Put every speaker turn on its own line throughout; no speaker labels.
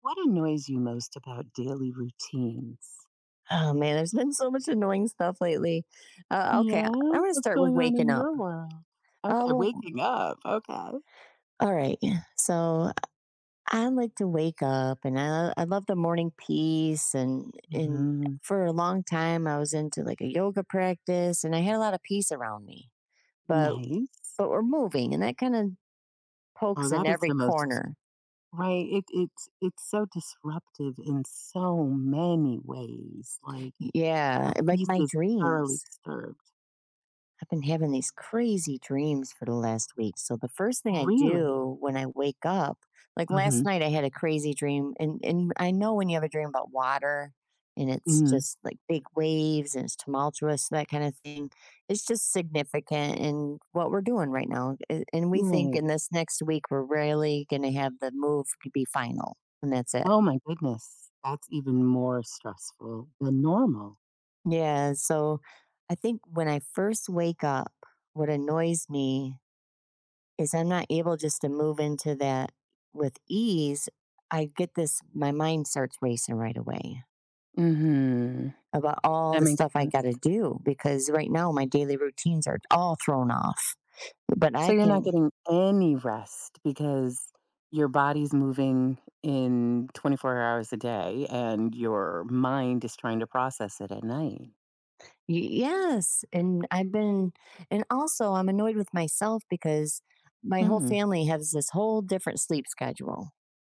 What annoys you most about daily routines?
Oh man, there's been so much annoying stuff lately. Okay,
Yeah,
I'm gonna
what's
start with
going on
waking
in
up.
your world? Okay,
Well,
waking up. Okay.
all right. So I like to wake up, and I love the morning peace. And
Mhm.
for a long time, I was into like a yoga practice, and I had a lot of peace around me. But
Nice.
but we're moving, and that kind of
Oh,
pokes in
that is
every
the most
corner.
right. It's so disruptive in so many ways. Like
Yeah,
your
like
peace
my
is thoroughly
dreams.
disturbed.
I've been having these crazy dreams for the last week. So the first thing I
Really.
do when I wake up, like
Mm-hmm.
last night I had a crazy dream and I know when you have a dream about water and it's
Hmm.
just like big waves and it's tumultuous, that kind of thing. It's just significant in what we're doing right now. And we think
Right.
in this next week we're really going to have the move to be final, and that's it.
Oh my goodness, that's even more stressful than normal.
Yeah, so I think when I first wake up, what annoys me is I'm not able just to move into that with ease. I get this, my mind starts racing right away
Hmm.
about all
That
the
makes
stuff I
sense.
got to do because right now my daily routines are all thrown off. But
So
I
you're not
can,
getting any rest because your body's moving in 24 hours a day and your mind is trying to process it at night.
yes. And I've been, and also I'm annoyed with myself because my whole
Hmm.
family has this whole different sleep schedule.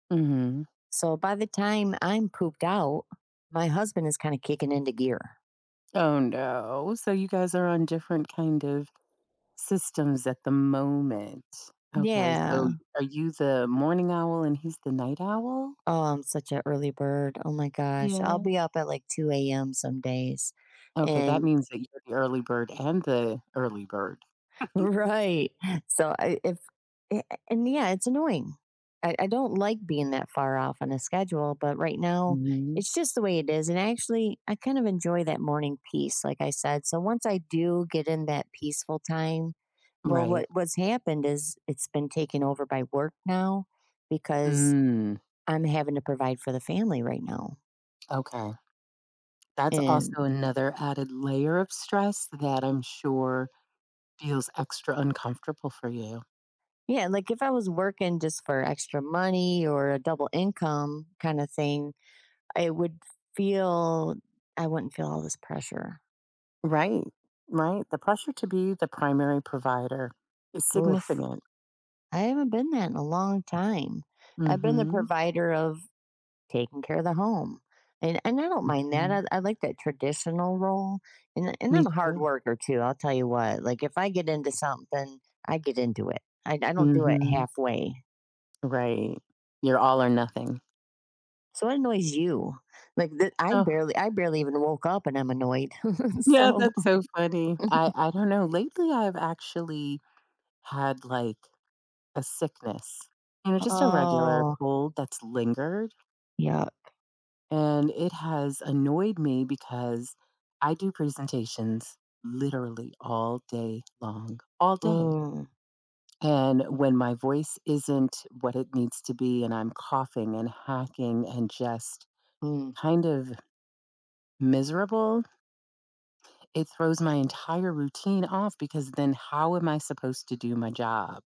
Hmm.
So by the time I'm pooped out, my husband is kind of kicking into gear.
Oh no. So you guys are on different kind of systems at the moment. Okay. So
Yeah.
are you the morning owl and he's the night owl?
Oh, I'm such an early bird. Oh my gosh. I'll
Yeah.
be up at like 2 a.m. some days.
Okay. That
And
means that you're the early bird and the early bird.
right. So I if a- and yeah, it's annoying. I don't like being that far off on a schedule, but right now
Hmm.
it's just the way it is. And actually I kind of enjoy that morning peace, like I said. So once I do get in that peaceful time, well
Right.
what's happened is it's been taken over by work now because
Mm.
I'm having to provide for the family right now.
Okay. That's also
And
another added layer of stress that I'm sure feels extra uncomfortable for you.
yeah, like if I was working just for extra money or a double income kind of thing, I would feel, I wouldn't feel all this pressure.
Right. Right? The pressure to be the primary provider is
Oof.
significant.
I haven't been that in a long time. I've been the
Mhm.
provider of taking care of the home. And I don't mind that.
Mhm.
I like that traditional role. And
Me
I'm a hard
too.
worker too, I'll tell you what. Like if I get into something, I get into it. I don't do it
Mhm.
halfway.
Right. You're all or nothing.
So what annoys you? Like
Oh,
I barely even woke up and I'm annoyed.
yeah,
So
that's so funny. I don't know, lately I've actually had, like, a sickness, you know, just a regular
oh
cold that's lingered.
yeah,
And it has annoyed me because I do presentations literally all day long, all day.
mm,
And when my voice isn't what it needs to be, and I'm coughing and hacking and just
mm.
kind of miserable, it throws my entire routine off because then how am I supposed to do my job?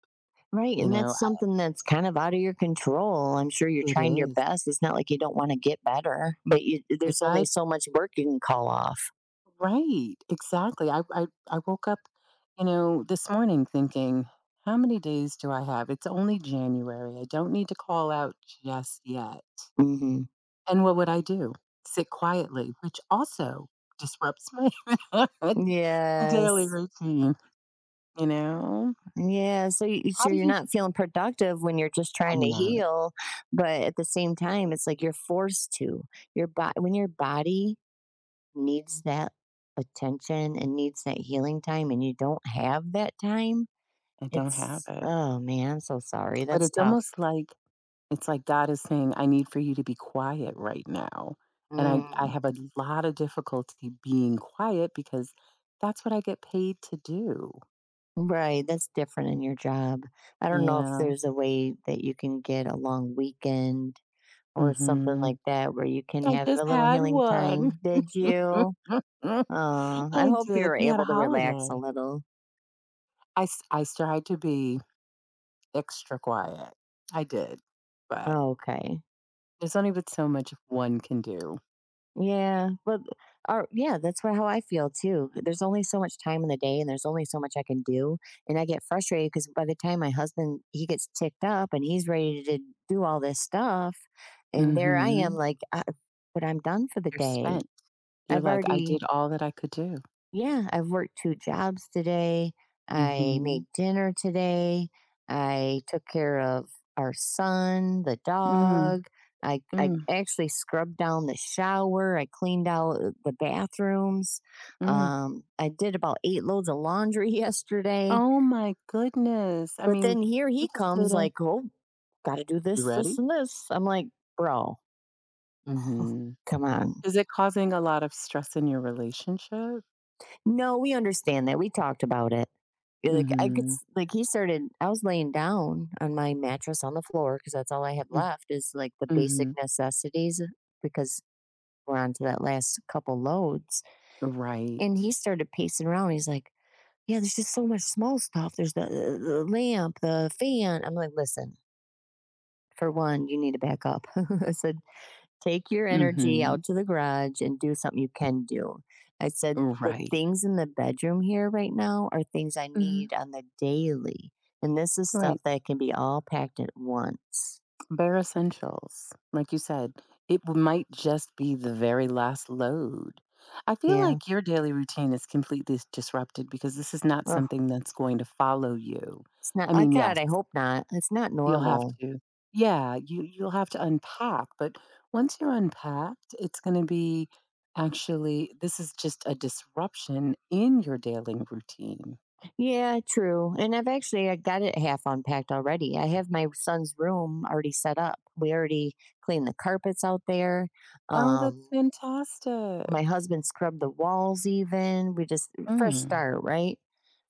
Right.
You
And
know,
that's
I-
something that's kind of out of your control. I'm sure you're
it
trying your
is.
best. It's not like you don't want to get better, but you,
If
there's
I
only so much work you can call off.
Right, exactly. I woke up, you know, this morning thinking, how many days do I have? It's only January. I don't need to call out just yet.
Hmm.
And what would I do? Sit quietly, which also disrupts my daily
Yes.
routine, you know?
Yeah, so you,
How
so
do
you're
you
not feeling productive when you're just
I'm
trying to
not.
heal, but at the same time, it's like you're forced to. Your body, when your body needs that attention and needs that healing time and you don't have that time,
I don't have
it's,
it.
oh man, I'm so sorry.
But
That's
it's
tough.
almost like It's like God is saying, "I need for you to be quiet right now." And I
Mm.
have a lot of difficulty being quiet because that's what I get paid to do.
Right. That's different in your job. I don't know if
Yeah.
there's a way that you can get a long weekend or something
Mhm.
like that where you can
I
have
just
a little
had
healing
one.
time. Did you? I
I
hope
did.
you're
We had a
able to relax a
holiday.
little.
I tried to be extra quiet. I did, but
Okay.
there's only but so much one can do.
Yeah, but or yeah, that's why, how I feel too. There's only so much time in the day, and there's only so much I can do, and I get frustrated because by the time my husband, he gets ticked up and he's ready to do all this stuff, and there I am
Mhm.
like, I, but I'm done for the
You're
day.
spent. You're
I've
like, "I
already
did all that I could do."
yeah, I've worked 2 jobs today. I
Mhm.
made dinner today. I took care of our son, the
Mm.
dog. I
Mm.
actually scrubbed down the shower. I cleaned out the bathrooms.
Mm.
I did about 8 loads of laundry yesterday.
Oh my goodness. I
But
mean,
then here
you
he
just did
comes
a
like, "Oh, gotta do
you
this, this,
ready?
and this." I'm like, "Bro,
Mhm.
come on."
Is it causing a lot of stress in your relationship?
No, we understand that. We talked about it. You're like, I could,
Mhm.
like, he started, I was laying down on my mattress on the floor because that's all I had
Mm,
left, is like the basic
mhm.
necessities, because we're on to that last couple loads.
Right.
And he started pacing around. He's like, yeah, there's just so much small stuff. There's the lamp, the fan. I'm like, Listen, for one, you need to back up. I said, Take your energy out
Mhm.
to the garage and do something you can do. I said, the
Right.
things in the bedroom here right now are things I
Mhm.
need on the daily. And this is stuff
Right.
that can be all packed at once.
Bare essentials. Like you said, it w might just be the very last load. I feel
Yeah.
like your daily routine is completely s disrupted because this is not
Ugh,
something that's going to follow you.
it's not,
I
I,
mean,
God,
yes.
I hope not. It's not
You'll have
normal.
to. Yeah, you'll have to unpack, but once you're unpacked, it's gonna be actually this is just a disruption in your daily routine.
Yeah, true. And I got it half unpacked already. I have my son's room already set up. We already cleaned the carpets out there.
Oh, that's
Um,
fantastic.
my husband scrubbed the walls even. We just, fresh
Mm,
start, right?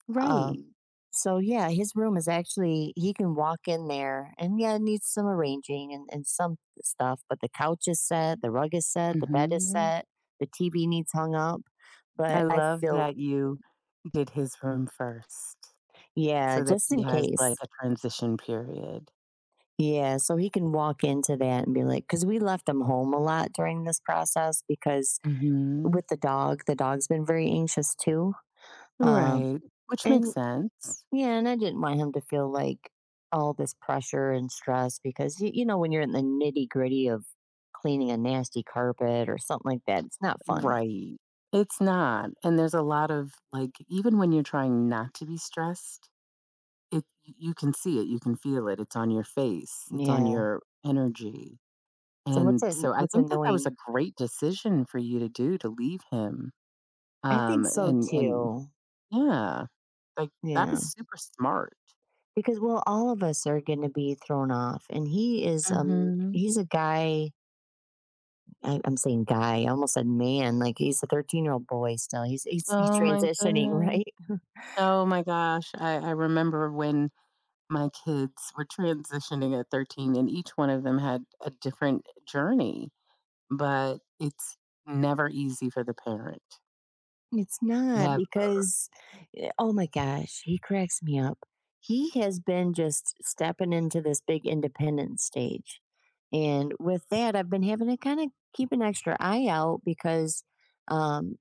right.
Um, so yeah, his room is actually, he can walk in there and yeah, it needs some arranging and some stuff, but the couch is set, the rug is set, the bed is
Mhm.
set, the TV needs hung up.
I
But I
love
feel,
that you did his room first
yeah,
so that
just
he
in
has, like,
case.
a transition period.
Yeah, so he can walk into that and be like, because we left him home a lot during this process because
Mhm.
with the dog, the dog's been very anxious too. Um,
Right, which makes
and
sense.
Yeah, and I didn't want him to feel like all this pressure and stress because you know when you're in the nitty gritty of cleaning a nasty carpet or something like that, it's not fun.
Right. It's not. And there's a lot of like even when you're trying not to be stressed, you can see it, you can feel it. It's on your face, it's on
Yeah.
your energy.
So what's
And
it?
so I
What's
think that that was
annoying?
a great decision for you to do to leave him.
I think so
And
too.
Yeah, like that
Yeah,
was super smart.
because well, all of us are going to be thrown off, and he is um
Mhm.
he's a guy, I'm saying guy, I almost said man, like, he's a 13-year-old boy still. He's
Oh my
transitioning,
goodness.
right?
Oh my gosh. I remember when my kids were transitioning at 13 and each one of them had a different journey, but it's never easy for the parent.
It's not
Never.
because, eh, oh my gosh, he cracks me up. He has been just stepping into this big independent stage, and with that, I've been having to kinda keep an extra eye out because, um,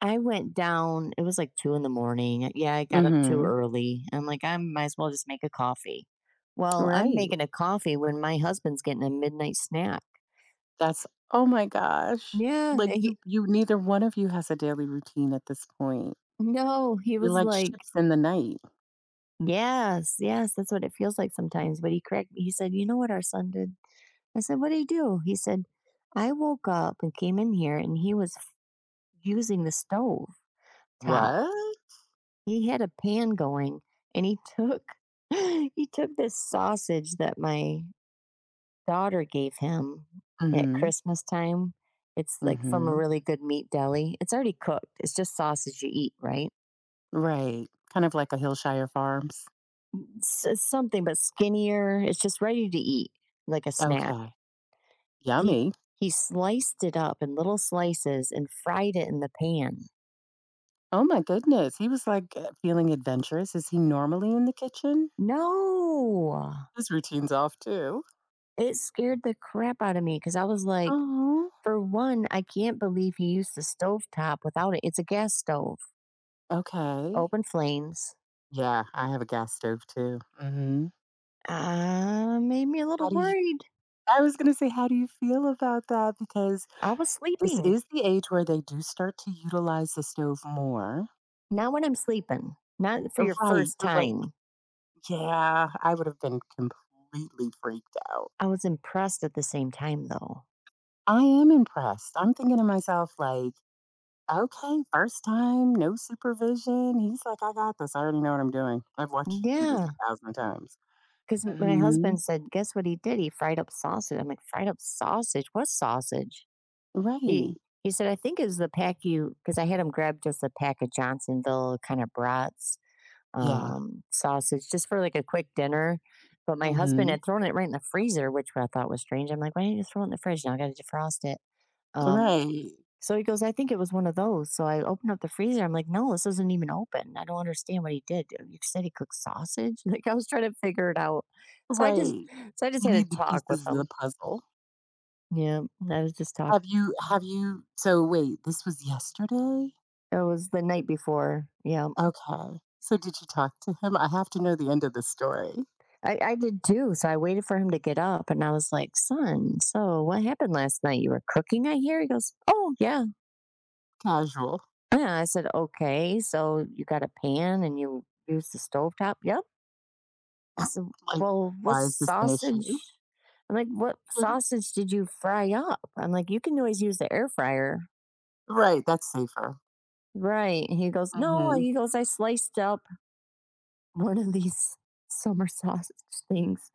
I went down, it was like 2 in the morning. Yeah, I got up too
Mhm.
early. I'm like, I might as well just make a coffee. Well, I'm
Right.
making a coffee when my husband's getting a midnight snack.
That's oh my gosh.
Yeah.
Like you
He,
you neither one of you has a daily routine at this point.
no, he
You're
was
like
like,
ships in the night.
yes, yes, that's what it feels like sometimes. But he correct me. He said, You know what our son did? I said, What did he do? He said, I woke up and came in here and he was using the stove top.
What?
He had a pan going and he took he took this sausage that my daughter gave him at
Mhm.
Christmas time. It's like from a
Mhm.
really good meat deli. It's already cooked. It's just sausage you eat, right?
Right. Kind of like a Hillshire Farms.
It's something but skinnier. It's just ready to eat, like a snack.
Okay.
He
Yummy.
he sliced it up in little slices and fried it in the pan.
Oh my goodness. He was like feeling adventurous. Is he normally in the kitchen?
No.
His routine's off too.
It scared the crap out of me because I was like,
Oh,
for one, I can't believe he used the stovetop without it. It's a gas stove,
okay.
open flames.
Yeah, I have a gas stove too. Mhm.
Made me a
How
little
do you
worried.
I was gonna say, how do you feel about that? Because
I was
this
sleeping.
is the age where they do start to utilize the stove more.
Not when I'm sleeping. Not for your
Right,
first
you're like,
time.
yeah, I would have been completely freaked out.
I was impressed at the same time, though.
I am impressed. I'm thinking to myself like, okay, first time, no supervision. He's like, I got this. I already know what I'm doing. I've watched you do this
Yeah.
a thousand times.
Because my
Mhm.
husband said, guess what he did? He fried up sausage. I'm like, fried up sausage? What sausage? He
Right.
he said, I think it's the pack you, because I had him grab just a pack of Johnsonville kind of brats,
Yeah.
sausage, just for like a quick dinner. But my husband
Mhm.
had thrown it right in the freezer, which I thought was strange. I'm like, why didn't you throw it in the fridge? Now I got to defrost it. Um,
Right.
So he goes, I think it was one of those. So I opened up the freezer. I'm like, no, this isn't even open. I don't understand what he did. You said he cooked sausage. Like I was trying to figure it out. So I just,
Right.
so I just
You
had a
need the
talk with
pieces of the
him.
puzzle.
Yeah, I was just talking.
Have you so wait, this was yesterday?
It was the night before. Yeah,
Okay. So did you talk to him? I have to know the end of the story.
I did too. So I waited for him to get up, and I was like, "Son, so what happened last night? You were cooking, I hear." He goes, "Oh yeah,
Casual.
yeah." I said, "Okay, so you got a pan and you used the stovetop?" Yep. I said,
Like,
Well, what
why is this an
sausage?
issue?
I'm like, What
And-
sausage did you fry up? I'm like, You can always use the air fryer.
right, that's safer.
Right. And he goes, No.
Hmm.
He goes, I sliced up one of these summer sausage things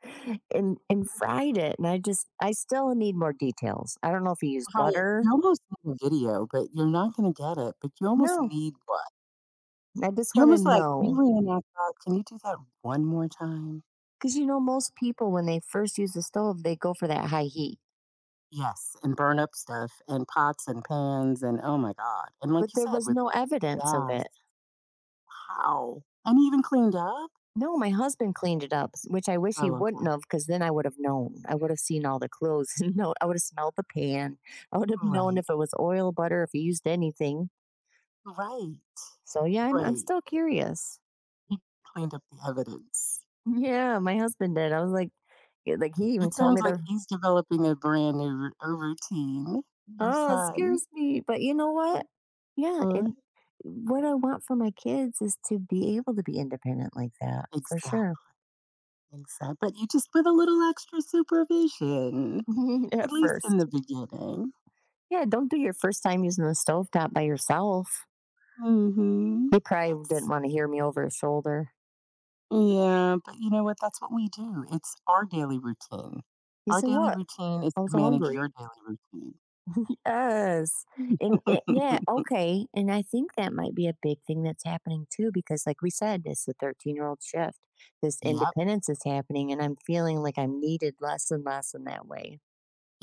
and fried it. And I still need more details. I don't know if he used
Right.
butter.
You almost need a video, but you're not gonna get it. But you almost
No.
need what?
I just
You're
want to
almost like, can you
know.
reenact that? Can you do that one more time?
Because you know, most people when they first use the stove, they go for that high heat.
Yes, and burn up stuff and pots and pans and oh my god. And like
But
you
there
said,
was
with
no evidence of
gas,
it.
how? And he even cleaned up?
No, my husband cleaned it up, s which I wish he
Oh,
wouldn't
okay.
have, because then I would have known. I would have seen all the clothes No, I would have smelled the pan. I would have known
Right.
if it was oil, butter, if he used anything.
Right.
So, yeah, I'm
Right.
still curious.
He cleaned up the evidence.
Yeah, my husband did. I was like, yeah, like, he even
It
told
sounds
me
like
the,
he's developing a brand new a routine, your
oh, it
son.
scares me, but you know what? Yeah,
Uh,
and what I want for my kids is to be able to be independent like that, for
Exactly.
sure.
Exactly. But you just with a little extra supervision, at
At
least in the
first.
beginning.
Yeah, don't do your first time using the stovetop by yourself.
Hmm.
He probably didn't
That's
wanna hear me over his shoulder.
yeah, but you know what? That's what we do. It's our daily routine.
He
Our
said,
daily
"What?
routine is
I was
to manage
hungry."
your daily routine.
Yes, and it, yeah, okay, and I think that might be a big thing that's happening too because like we said, it's the 13-year-old shift. This
Yep,
independence is happening, and I'm feeling like I'm needed less and less in that way,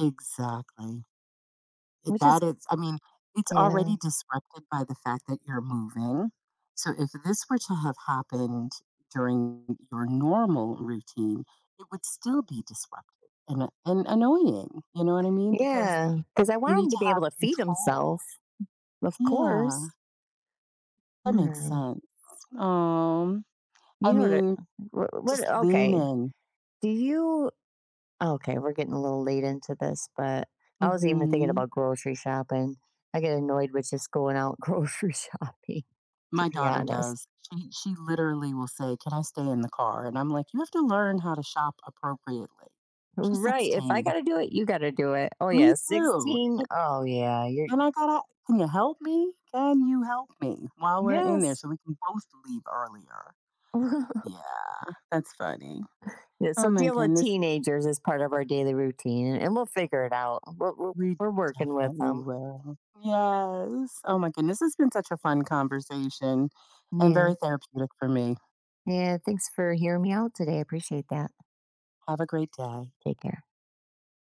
exactly.
which
That
is,
is, I mean, it's
yeah.
already disrupted by the fact that you're moving. So if this were to have happened during your normal routine, it would still be disruptive and annoying. You know what I mean? Because
Yeah, because I
you
want
need
him to
to
be
have
able to feed
control.
himself, of
Yeah,
course.
that makes
I
sense. Um, I
You know what I
mean,
wh what
just lean
okay.
in.
Do you Okay, we're getting a little late into this, but I was even thinking
Mhm.
about grocery shopping. I get annoyed with just going out grocery shopping, to
My
be
daughter
honest.
does. She literally will say, "Can I stay in the car?" And I'm like, "You have to learn how to shop appropriately." She's
Right. If I got
16.
to do it, you got to do it. Oh,
Me
yeah.
too.
16.
And
Oh, yeah. You're,
and I gotta, can you help me? Can you help me while we're in there
yes.
so we can both leave earlier? Yeah, that's funny.
Yeah,
Oh
so
my
deal with
goodness.
teenagers is part of our daily routine and we'll figure it out.
We
We're working with
definitely
them.
will. Yes. Oh my goodness. It's been such a fun conversation and very
Yeah.
therapeutic for me.
Yeah. Thanks for hearing me out today. I appreciate that.
Have a great day.
Take care.